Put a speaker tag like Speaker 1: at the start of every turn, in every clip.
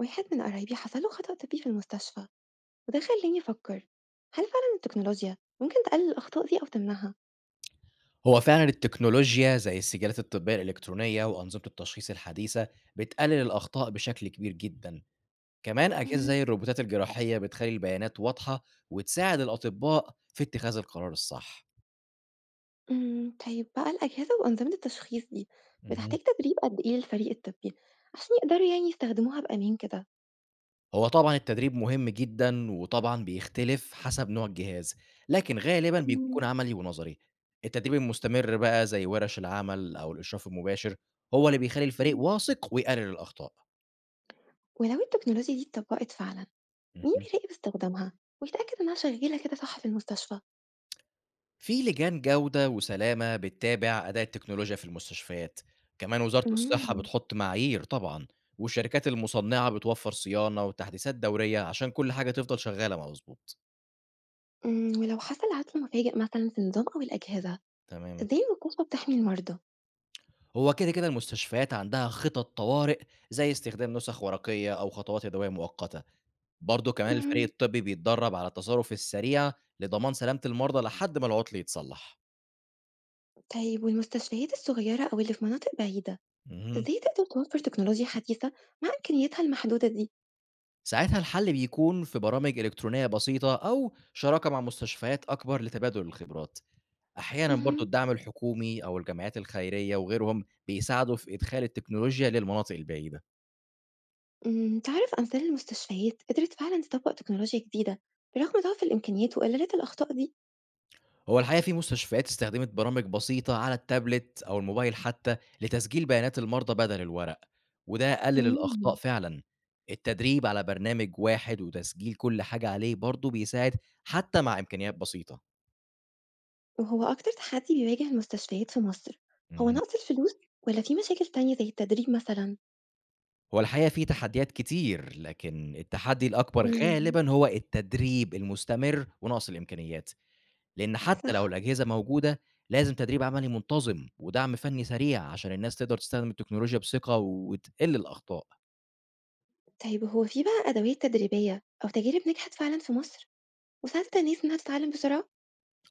Speaker 1: واحد من قرايبي حصل له خطأ طبي في المستشفى وده خلاني أفكر هل فعلا التكنولوجيا ممكن تقلل الأخطاء دي أو تمنعها؟
Speaker 2: هو فعلًا التكنولوجيا زي السجّالات الطبية الإلكترونية وأنظمة التشخيص الحديثة بتقلل الأخطاء بشكل كبير جدًا، كمان أجهزة
Speaker 1: مم،
Speaker 2: زي الروبوتات الجراحية بتخلّي البيانات واضحة وتساعد الأطباء في اتخاذ القرار الصح.
Speaker 1: طيب بقى الأجهزة وأنظمة التشخيص دي
Speaker 2: اهم.
Speaker 1: بتحتاج تدريب قد إيه للفريق الطبي عشان يقدروا يعني يستخدموها بأمان كده
Speaker 2: هو طبعًا التدريب مهم جدًا وطبعًا بيختلف حسب نوع الجهاز، لكن غالبًا بيكون
Speaker 1: مم،
Speaker 2: عملي ونظري. التدريب المستمر بقى زي ورش العمل أو الإشراف المباشر هو اللي بيخلّي الفريق
Speaker 1: مم.
Speaker 2: واثق ويقلل الأخطاء.
Speaker 1: ولو التكنولوجيا دي اتطبقت فعلا مين
Speaker 2: اهم.
Speaker 1: بيراقب استخدامها ويتأكد إنها شغالة كده صح في المستشفى؟
Speaker 2: في لجان جودة وسلامة بتتابع أداء التكنولوجيا في المستشفيات، كمان وزارة الصحة
Speaker 1: مم،
Speaker 2: بتحط معايير طبعًا، والشركات المصنعة بتوفر صيانة وتحديثات دورية عشان كل حاجة تفضل شغالة مضبوط.
Speaker 1: ولو حصل عطل مفاجئ مثلا في النظام أو الأجهزة
Speaker 2: تمام،
Speaker 1: ازاي المستشفى بتحمي المرضى؟
Speaker 2: هو كده كده المستشفيات عندها خطط طوارئ زي استخدام نسخ ورقية أو خطوات يدوية مؤقتة، برضه كمان الفريق الطبي بيتدرب على التصرف السريع لضمان سلامة المرضى لحد ما العطل يتصلح.
Speaker 1: طيب والمستشفيات الصغيرة أو اللي في مناطق بعيدة،
Speaker 2: اهم.
Speaker 1: إزاي تقدر توفر تكنولوجيا حديثة مع إمكانياتها المحدودة دي؟
Speaker 2: ساعتها الحل بيكون في برامج إلكترونية بسيطة أو شراكة مع مستشفيات أكبر لتبادل الخبرات. أحيانا برضو
Speaker 1: اهم.
Speaker 2: الدعم الحكومي أو الجمعيات الخيرية وغيرهم بيساعدوا في إدخال التكنولوجيا للمناطق البعيدة.
Speaker 1: تعرف أمثال المستشفيات قدرت فعلًا تطبق تكنولوجيا جديدة برغم ضعف الإمكانيات وقلة الأخطاء دي؟
Speaker 2: هو الحقيقة في مستشفيات استخدمت برامج بسيطة على التابلت أو الموبايل حتى لتسجيل بيانات المرضى بدل الورق، وده قلل الأخطاء
Speaker 1: همم،
Speaker 2: فعلا. التدريب على برنامج واحد وتسجيل كل حاجة عليه برضو بيساعد حتى مع إمكانيات بسيطة.
Speaker 1: وهو أكتر تحدي بيواجه المستشفيات في مصر هو نقص الفلوس والّا في مشاكل تانية زي التدريب مثلًا؟
Speaker 2: هو الحقيقة في تحديات كتير، لكن التحدي الأكبر
Speaker 1: امم،
Speaker 2: غالبًا هو التدريب المستمر ونقص الإمكانيات، لإن حتى لو
Speaker 1: صح،
Speaker 2: الأجهزة موجودة، لازم تدريب عملي منتظم ودعم فني سريع عشان الناس تقدر تستخدم التكنولوجيا بثقة وتقِل الأخطاء.
Speaker 1: طيب هو في بقى أدوات تدريبية أو تجارب نجحت فعلًا في مصر وساعدت الناس إنها تتعلم بسرعة؟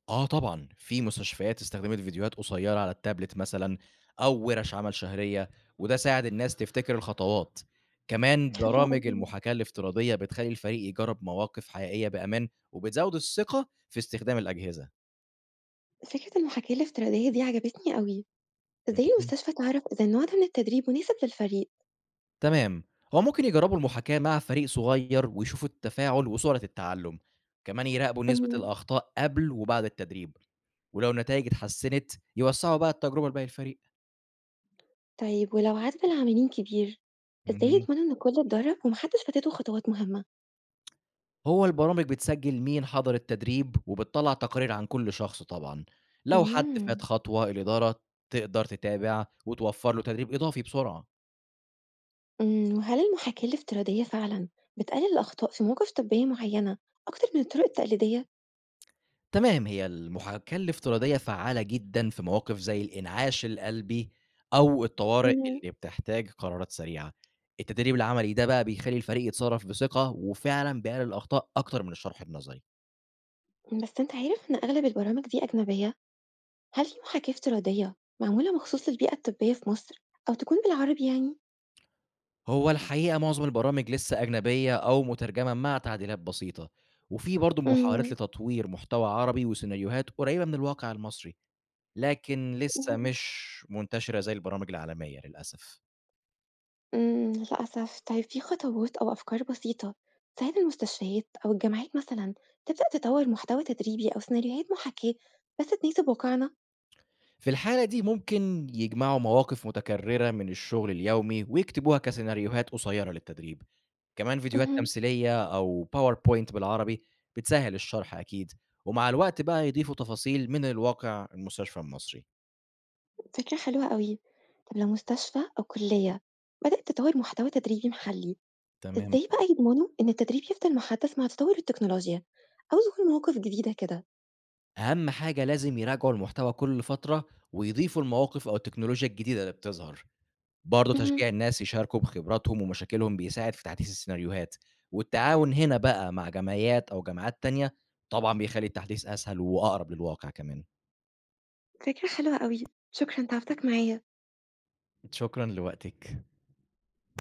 Speaker 2: آه طبعًا، في مستشفيات استخدمت فيديوهات قصيرة على التابلت مثلًا أو ورش عمل شهرية، وده ساعد الناس تفتكر الخطوات. كمان
Speaker 1: حلو
Speaker 2: برامج
Speaker 1: أوي.
Speaker 2: المحاكاة الافتراضية بتخلّي الفريق يجرب مواقف حقيقية بأمان وبتزود الثقة في استخدام الأجهزة.
Speaker 1: فكرة المحاكاة الافتراضية دي عجبتني أوي، إزاي
Speaker 2: اهم.
Speaker 1: المستشفى تعرف إذا النوع ده من التدريب مناسب للفريق؟
Speaker 2: تمام. هو ممكن يجرّبوا المحاكاة مع فريق صغير ويشوفوا التفاعل وسرعة التعلُّم، كمان يراقبوا نسبة
Speaker 1: مم.
Speaker 2: الأخطاء قبل وبعد التدريب، ولو النتايج اتحسّنت يوسّعوا بقى التجربة لباقي الفريق.
Speaker 1: طيب ولو عدد العاملين كبير، إزاي
Speaker 2: اهم.
Speaker 1: يضمنوا إن الكل اتدرب ومحدش فاتته خطوات مهمة؟
Speaker 2: هو البرامج بتسجّل مين حضر التدريب وبتطلّع تقارير عن كل شخص طبعًا، لو حد فات
Speaker 1: مم.
Speaker 2: خطوة الإدارة تقدر تتابع وتوفّر له تدريب إضافي بسرعة.
Speaker 1: وهل المحاكاة الافتراضية فعلا بتقلل الأخطاء في مواقف طبية معينة أكتر من الطرق التقليدية؟
Speaker 2: تمام، هي المحاكاة الافتراضية فعّالة جدًا في مواقف زي الإنعاش القلبي أو الطوارئ
Speaker 1: مم.
Speaker 2: اللي بتحتاج قرارات سريعة. التدريب العملي ده بقى بيخلّي الفريق يتصرّف بثقة وفعلًا بيقلل الأخطاء أكتر من الشرح النظري.
Speaker 1: بس أنت عارف إن أغلب البرامج دي أجنبية، هل في محاكاة افتراضية معمولة مخصوص للبيئة الطبية في مصر أو تكون بالعربي يعني؟
Speaker 2: هو الحقيقة معظم البرامج لسه أجنبية أو مترجمة مع تعديلات بسيطة، وفي برضه محاولات لتطوير محتوى عربي وسيناريوهات قريّبة من الواقع المصري، لكن لسه
Speaker 1: مم.
Speaker 2: مش منتشرة زي البرامج العالمية للأسف.
Speaker 1: للأسف. طيب في خطوات أو أفكار بسيطة تساعد المستشفيات أو الجامعات مثلًا تبدأ تطوّر محتوى تدريبي أو سيناريوهات محاكاة بس تناسب واقعنا؟
Speaker 2: في الحالة دي ممكن يجمعوا مواقف متكررة من الشغل اليومي ويكتبوها كسيناريوهات قصيرة للتدريب، كمان فيديوهات
Speaker 1: اهم،
Speaker 2: تمثيلية أو باوربوينت بالعربي بتسهل الشرح أكيد، ومع الوقت بقى يضيفوا تفاصيل من الواقع المستشفى المصري.
Speaker 1: فكرة حلوة أوي. طب لو مستشفى أو كلية بدأت تطوّر محتوى تدريبي محلي،
Speaker 2: تمام.
Speaker 1: إزاي بقى يضمنوا إن التدريب يفضل محدّث مع تطوّر التكنولوجيا أو ظهور مواقف جديدة كده؟
Speaker 2: أهم حاجة لازم يراجعوا المحتوى كل فترة ويضيفوا المواقف أو التكنولوجيا الجديدة اللي بتظهر، برضه
Speaker 1: اهم،
Speaker 2: تشجيع الناس يشاركوا بخبراتهم ومشاكلهم بيساعد في تحديث السيناريوهات، والتعاون هنا بقى مع جمعيات أو جماعات تانية، طبعًا بيخلّي التحديث أسهل وأقرب للواقع كمان.
Speaker 1: فكرة حلوة أوي. شكرًا، تعبتك معايا.
Speaker 2: شكرًا لوقتك.